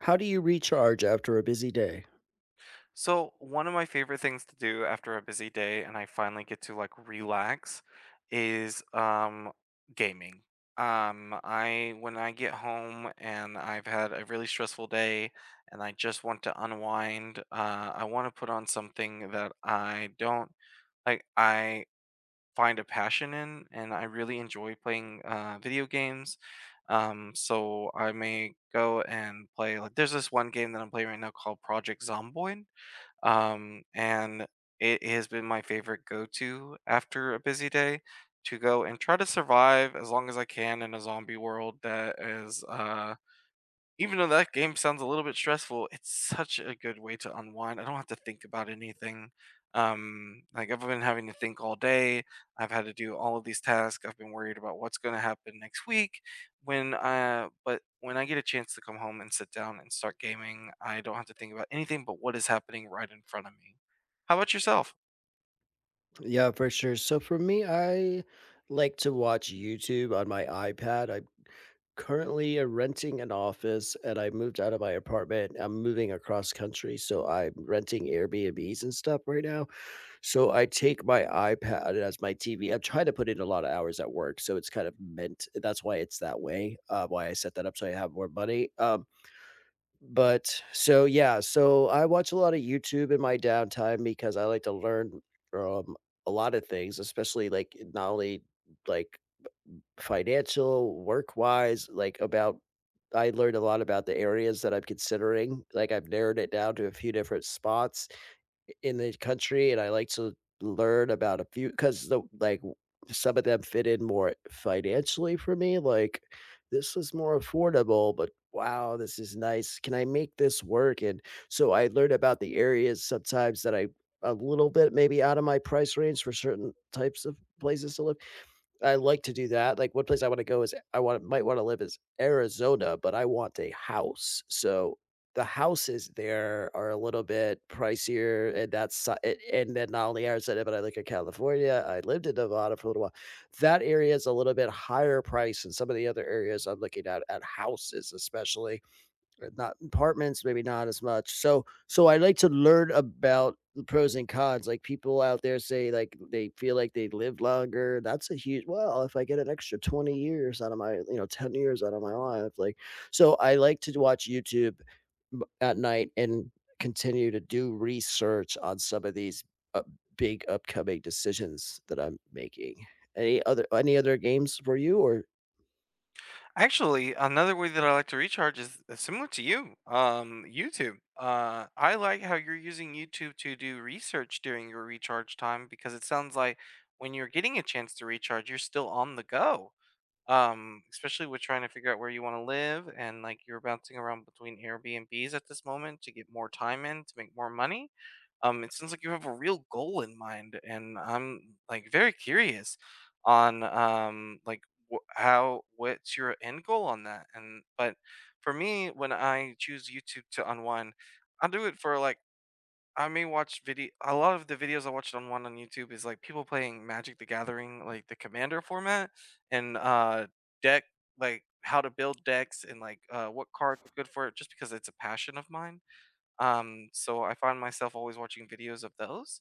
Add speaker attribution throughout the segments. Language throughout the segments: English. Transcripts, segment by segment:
Speaker 1: How do you recharge after a busy day?
Speaker 2: So, one of my favorite things to do after a busy day and I finally get to like relax is gaming. I when I get home and I've had a really stressful day and I just want to unwind, I want to put on something that I don't like I find a passion in and I really enjoy playing video games. So I may go and play like there's this one game that I'm playing right now called Project Zomboid and it has been my favorite go-to after a busy day to go and try to survive as long as I can in a zombie world that is even though that game sounds a little bit stressful, it's such a good way to unwind. I don't have to think about anything. Like I've been having to think all day. I've had to do all of these tasks. I've been worried about what's going to happen next week. But when I get a chance to come home and sit down and start gaming, I don't have to think about anything but what is happening right in front of me. How about yourself?
Speaker 1: Yeah, for sure. So for me, I like to watch YouTube on my iPad. I currently renting an office, and I moved out of my apartment. I'm moving across country, so I'm renting Airbnbs and stuff right now. So I take my iPad as my TV. I'm trying to put in a lot of hours at work, so it's kind of meant that's why it's that way. Why I set that up so I have more money. But so, yeah, so I watch a lot of YouTube in my downtime because I like to learn from a lot of things, especially like not only like financial, work wise, like about I learned a lot about the areas that I'm considering. Like I've narrowed it down to a few different spots in the country, and I like to learn about a few because the like, some of them fit in more financially for me, like, "This was more affordable, but wow, this is nice. Can I make this work?" And so I learn about the areas sometimes that I a little bit maybe out of my price range for certain types of places to live. I like to do that. Like one place I want to go is I want might want to live is Arizona, but I want a house. So the houses there are a little bit pricier, and that's and then not only Arizona, but I look at California. I lived in Nevada for a little while. That area is a little bit higher price than some of the other areas I'm looking at houses, especially not apartments, maybe not as much. So so I like to learn about the pros and cons. Like people out there say like they feel like they live longer. That's a huge well, if I get an extra 20 years out of my, you know, 10 years out of my life. Like so I like to watch YouTube at night and continue to do research on some of these uh, big upcoming decisions that I'm making. Any other games for you or
Speaker 2: Actually, another way that I like to recharge is similar to you. YouTube. I like how you're using YouTube to do research during your recharge time because it sounds like when you're getting a chance to recharge, you're still on the go especially with trying to figure out where you want to live and like you're bouncing around between airbnbs at this moment to get more time in to make more money it sounds like you have a real goal in mind and I'm like very curious on wh- how what's your end goal on that and but for me when I choose YouTube to unwind I do it for I may watch video a lot of the videos I watched on one on YouTube is like people playing Magic the Gathering, like the commander format and deck like how to build decks and like what cards are good for it just because it's a passion of mine. So I find myself always watching videos of those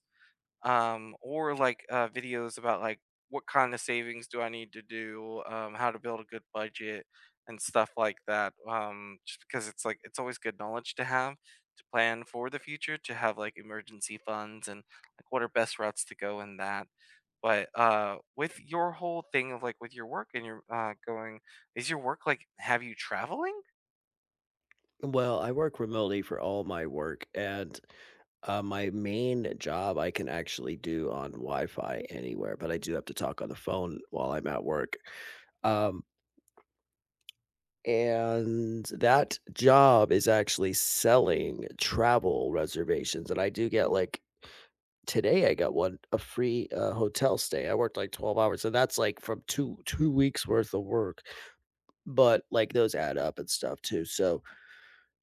Speaker 2: or like videos about like what kind of savings do I need to do, how to build a good budget, and stuff like that. Just because it's like it's always good knowledge to have to plan for the future, to have like emergency funds and like what are best routes to go in that. But with your whole thing of like with your work and your going, is your work like have you traveling?
Speaker 1: well, I work remotely for all my work, and my main job I can actually do on Wi-Fi anywhere, but I do have to talk on the phone while I'm at work. Um, and that job is actually selling travel reservations, and I do get like today I got one a free hotel stay. I worked like 12 hours, and that's like from two weeks worth of work, but like those add up and stuff too. So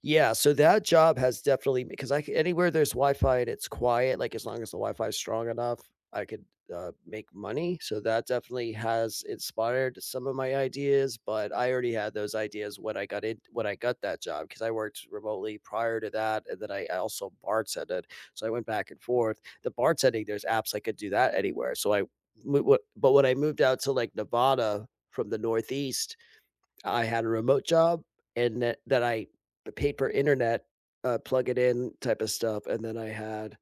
Speaker 1: yeah, so that job has definitely because I c anywhere there's Wi-Fi and it's quiet, like, as long as the Wi-Fi is strong enough, I could, make money, so that definitely has inspired some of my ideas, but I already had those ideas when I got that job because I worked remotely prior to that, and then I also bartended, so I went back and forth. The bartending, there's apps I could do that anywhere, so I w w but when I moved out to, like, Nevada from the Northeast, I had a remote job and that I paid per internet, plug it in type of stuff, and then I had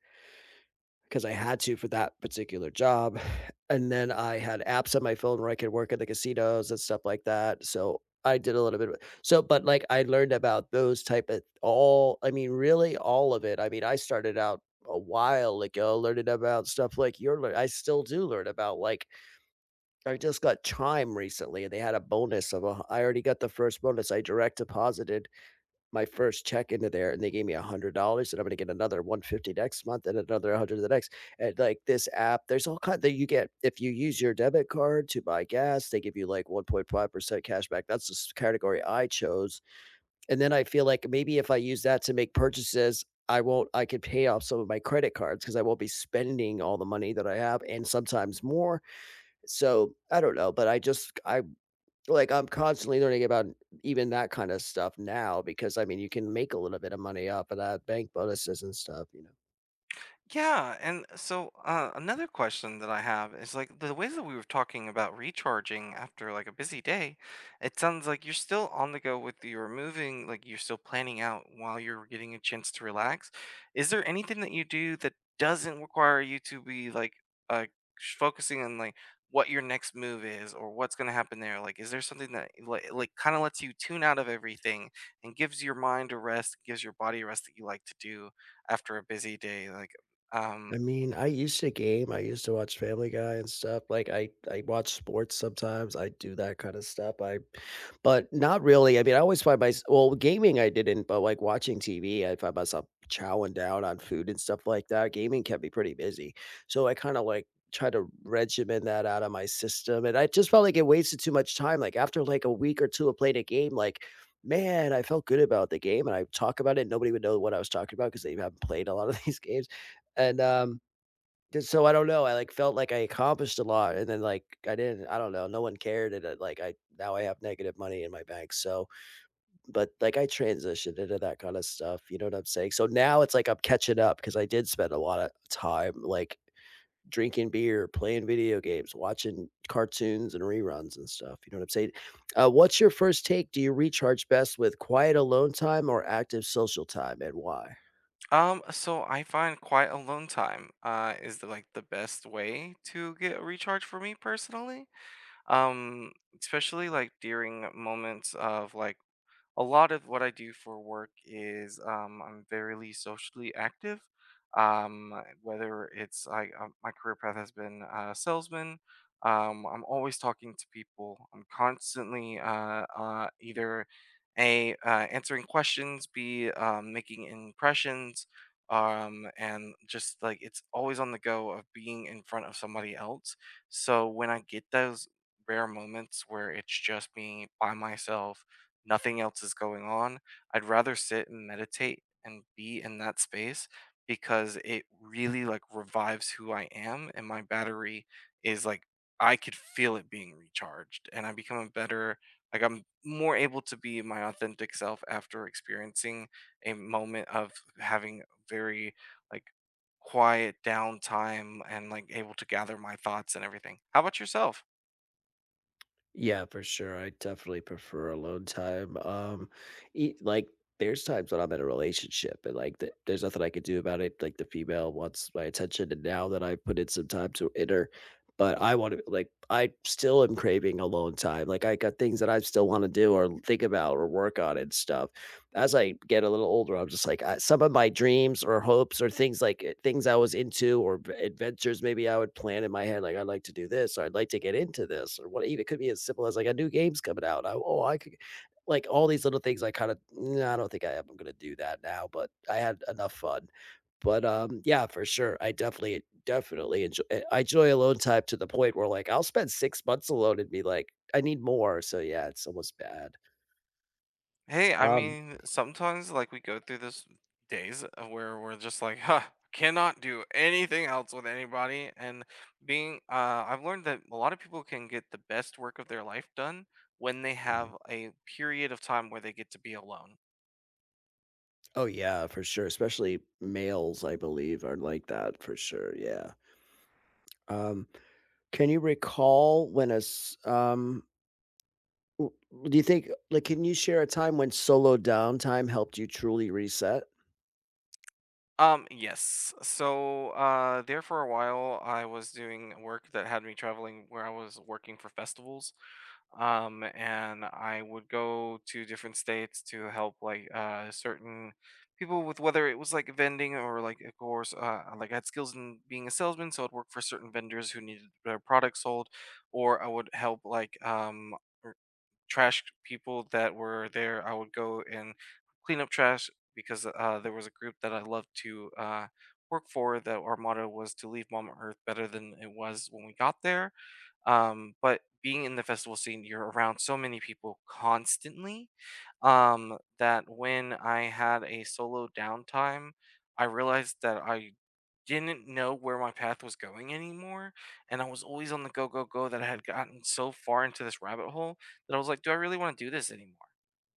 Speaker 1: because I had to for that particular job, and then I had apps on my phone where I could work at the casinos and stuff like that, so I did a little bit of it. So, but, like, I learned about those type of all I mean, really all of it. I mean, I started out a while ago learning about stuff like you're learning. I still do learn about, like, I just got Chime recently, and they had a bonus of a. I already got the first bonus. I direct deposited my first check into there, and they gave me $100, and I'm gonna get another 150 next month and another 100 the next and, like, this app, there's all kind that you get if you use your debit card to buy gas, they give you, like, 1.5% back. That's the s category I chose, and then I feel like maybe if I use that to make purchases, I won't I could pay off some of my credit cards because I won't be spending all the money that I have and sometimes more, so, I don't know, but I just I like, I'm constantly learning about even that kinda stuff now because, I mean, you can make a little bit of money off of that, bank bonuses and stuff, you know?
Speaker 2: Yeah, and so another question that I have is like the ways that we were talking about recharging after like a busy day, it sounds like you're still on the go with you're moving, like you're still planning out while you're getting a chance to relax. Is there anything that you do that doesn't require you to be like uh focusing on like what your next move is or what's going to happen there? Like is there something that like kind of lets you tune out of everything and gives your mind a rest, gives your body a rest that you like to do after a busy day? Um,
Speaker 1: I mean, I used to game, I used to watch Family Guy and stuff, like, I watch sports sometimes, I do that kinda stuff, I but not really, I mean, I always find myself. Well, gaming I didn't, but, like, watching TV, I find myself chowing down on food and stuff like that, gaming kept me pretty busy, so I kinda, like, try to regiment that out of my system, and I just felt like it wasted too much time, like, after, like, a week or 2 of playing a game, like, man, I felt good about the game, and I talk about it, nobody would know what I was talking about because they haven't played a lot of these games, and, um 'Cause so I don't know, I, like, felt like I accomplished a lot and then, like, I didn't. I don't know, no one cared and it, like, I now I have negative money in my bank, so but, like, I transitioned into that kinda stuff, you know what I'm saying? So now it's like I'm catching up because I did spend a lot of time, like, drinking beer, playing video games, watching cartoons and reruns and stuff, you know what I'm saying? What's your first take? Do you recharge best with quiet alone time or active social time, and why?
Speaker 2: so I find quiet alone time is like the best way to get a recharge for me personally. Um, especially like during moments of like a lot of what I do for work is I'm very socially active. Whether it's my career path has been salesman. I'm always talking to people. I'm constantly either a answering questions, b making impressions, and just like it's always on the go of being in front of somebody else. So when I get those rare moments where it's just me by myself nothing else is going on. I'd rather sit and meditate and be in that space because it really like revives who I am and my battery is like I could feel it being recharged and I become a better like I'm more able to be my authentic self after experiencing a moment of having very like quiet downtime and like able to gather my thoughts and everything. How about yourself?
Speaker 1: Yeah, for sure. I definitely prefer alone time. Like there's times when I'm in a relationship and like there's nothing I can do about it. Like the female wants my attention, and now that I put in some time to enter, but I want to like, I still am craving alone time. Like, I got things that I still want to do or think about or work on and stuff. As I get a little older, I'm just like, I, some of my dreams or hopes or things like things I was into or adventures maybe I would plan in my head, like, I'd like to do this or I'd like to get into this or what. It could be as simple as like a new game's coming out. I, oh, I could like all these little things I kind of, I don't think I am going to do that now, but I had enough fun. But, yeah, for sure. I definitely enjoy I enjoy alone time to the point where, like, I'll spend 6 months alone and be like, "I need more." So, yeah, it's almost bad.
Speaker 2: Hey, I
Speaker 1: Um.
Speaker 2: mean, sometimes like we go through this days of where we're just like, huh, cannot do anything else with anybody. And being, I've learned that a lot of people can get the best work of their life done when they
Speaker 1: Mhm.
Speaker 2: have a period of time where they get to be alone.
Speaker 1: Oh, yeah, for sure, especially males, I believe, are like that for sure, yeah. Um, can you recall when a s w Do you think like, can you share a time when solo downtime helped you truly reset?
Speaker 2: Yes. So, there for a while, I was doing work that had me traveling where I was working for festivals. And I would go to different states to help like certain people with whether it was like vending or like of course like I had skills in being a salesman so I'd work for certain vendors who needed their products sold or I would help like r- trash people that were there I would go and clean up trash because there was a group that I loved to work for that our motto was to leave mom earth better than it was when we got there but being in the festival scene, you're around so many people constantly that when I had a solo downtime, I realized that I didn't know where my path was going anymore. And I was always on the go, go, go that I had gotten so far into this rabbit hole that I was like, do I really want to do this anymore?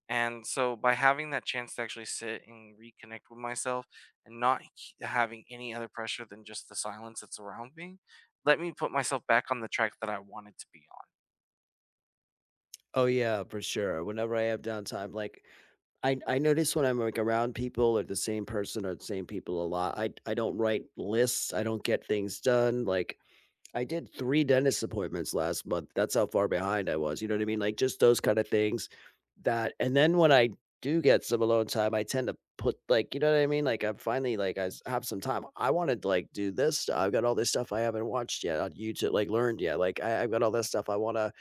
Speaker 2: And so by having that chance to actually sit and reconnect with myself and not having any other pressure than just the silence that's around me, let me put myself back on the track that I wanted to be.
Speaker 1: Oh, yeah, for sure. Whenever I have downtime, like I notice when I'm, like, around people or the same person or the same people a lot, I don't write lists, I don't get things done, like, I did 3 dentist appointments last month, that's how far behind I was, you know what I mean? Like, just those kinda things that and then when I do get some alone time, I tend to put, like you know what I mean? Like, I'm finally like, I s have some time. I wanna, like, do this st I've got all this stuff I haven't watched yet on YouTube like, learned yet, like, I've got all this stuff I wanna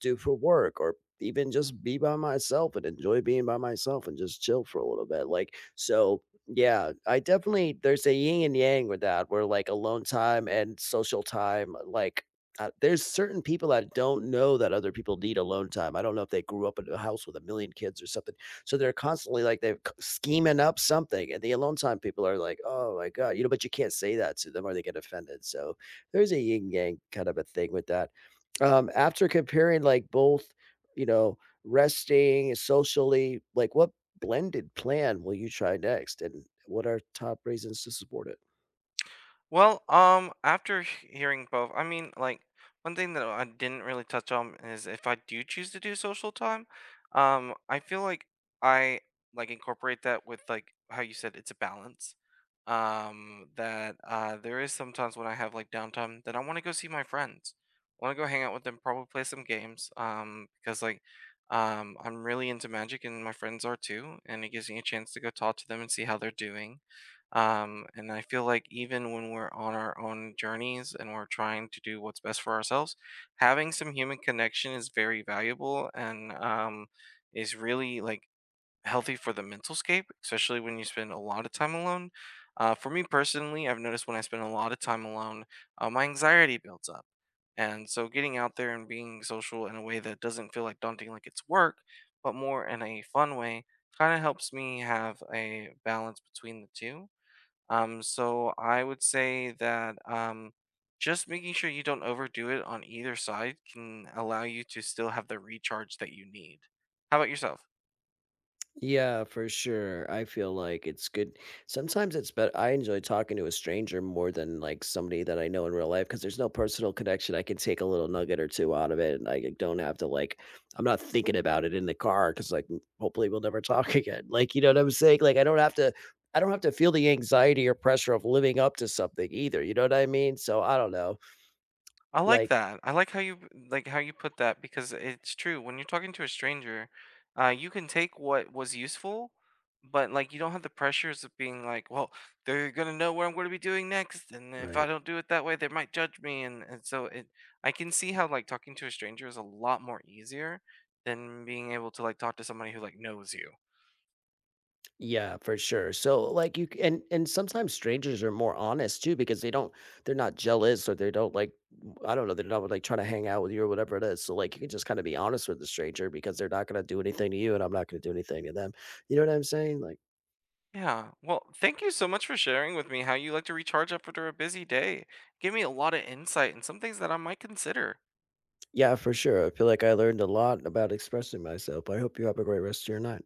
Speaker 1: do for work or even just be by myself and enjoy being by myself and just chill for a little bit, like, so yeah, I definitely there's a yin and yang with that where, like, alone time and social time, like, there's certain people that don't know that other people need alone time. I don't know if they grew up in a house with a million kids or something, so they're constantly, like, they're c scheming up something, and the alone time people are like, "Oh my god," you know, but you can't say that to them or they get offended, so there's a yin yang kind of a thing with that. After comparing, like, both, you know, resting socially, like, what blended plan will you try next, and what are top reasons to support it?
Speaker 2: Well, after hearing both, I mean, like one thing that I didn't really touch on is if I do choose to do social time, I feel like I like incorporate that with like how you said it's a balance. That there is sometimes when I have like downtime that I want to go see my friends, want to go hang out with them, probably play some games. Because like, I'm really into magic and my friends are too, and it gives me a chance to go talk to them and see how they're doing and I feel like even when we're on our own journeys and we're trying to do what's best for ourselves, having some human connection is very valuable and is really like healthy for the mental scape, especially when you spend a lot of time alone. For me personally, I've noticed when I spend a lot of time alone, my anxiety builds up. And so getting out there and being social in a way that doesn't feel like daunting, like it's work, but more in a fun way, kind of helps me have a balance between the two so I would say that just making sure you don't overdo it on either side can allow you to still have the recharge that you need. How about yourself?
Speaker 1: Yeah, for sure. I feel like it's good. Sometimes it's better. I enjoy talking to a stranger more than like somebody that I know in real life because there's no personal connection. I can take a little nugget or two out of it, and I don't have to like. I'm not thinking about it in the car because like hopefully we'll never talk again. Like you know what I'm saying? Like I don't have to. I don't have to feel the anxiety or pressure of living up to something either. You know what I mean? So I don't know.
Speaker 2: I like
Speaker 1: Like
Speaker 2: that. I like how you put that because it's true. When you're talking to a stranger, you can take what was useful, but like you don't have the pressures of being like, well, they're gonna know what I'm gonna be doing next, and if I
Speaker 1: right.
Speaker 2: don't do it that way, they might judge me. And so it, I can see how like talking to a stranger is a lot more easier than being able to like talk to somebody who like knows you.
Speaker 1: Yeah, for sure. So like and sometimes strangers are more honest too because they don't they're not jealous or they don't like I don't know, they're not like trying to hang out with you or whatever it is. So like you can just kind of be honest with the stranger because they're not gonna do anything to you and I'm not gonna do anything to them. You know what I'm saying? Like,
Speaker 2: Yeah. Well, thank you so much for sharing with me how you like to recharge after a busy day. Give me a lot of insight and some things that I might consider.
Speaker 1: yeah, for sure. I feel like I learned a lot about expressing myself. I hope you have a great rest of your night.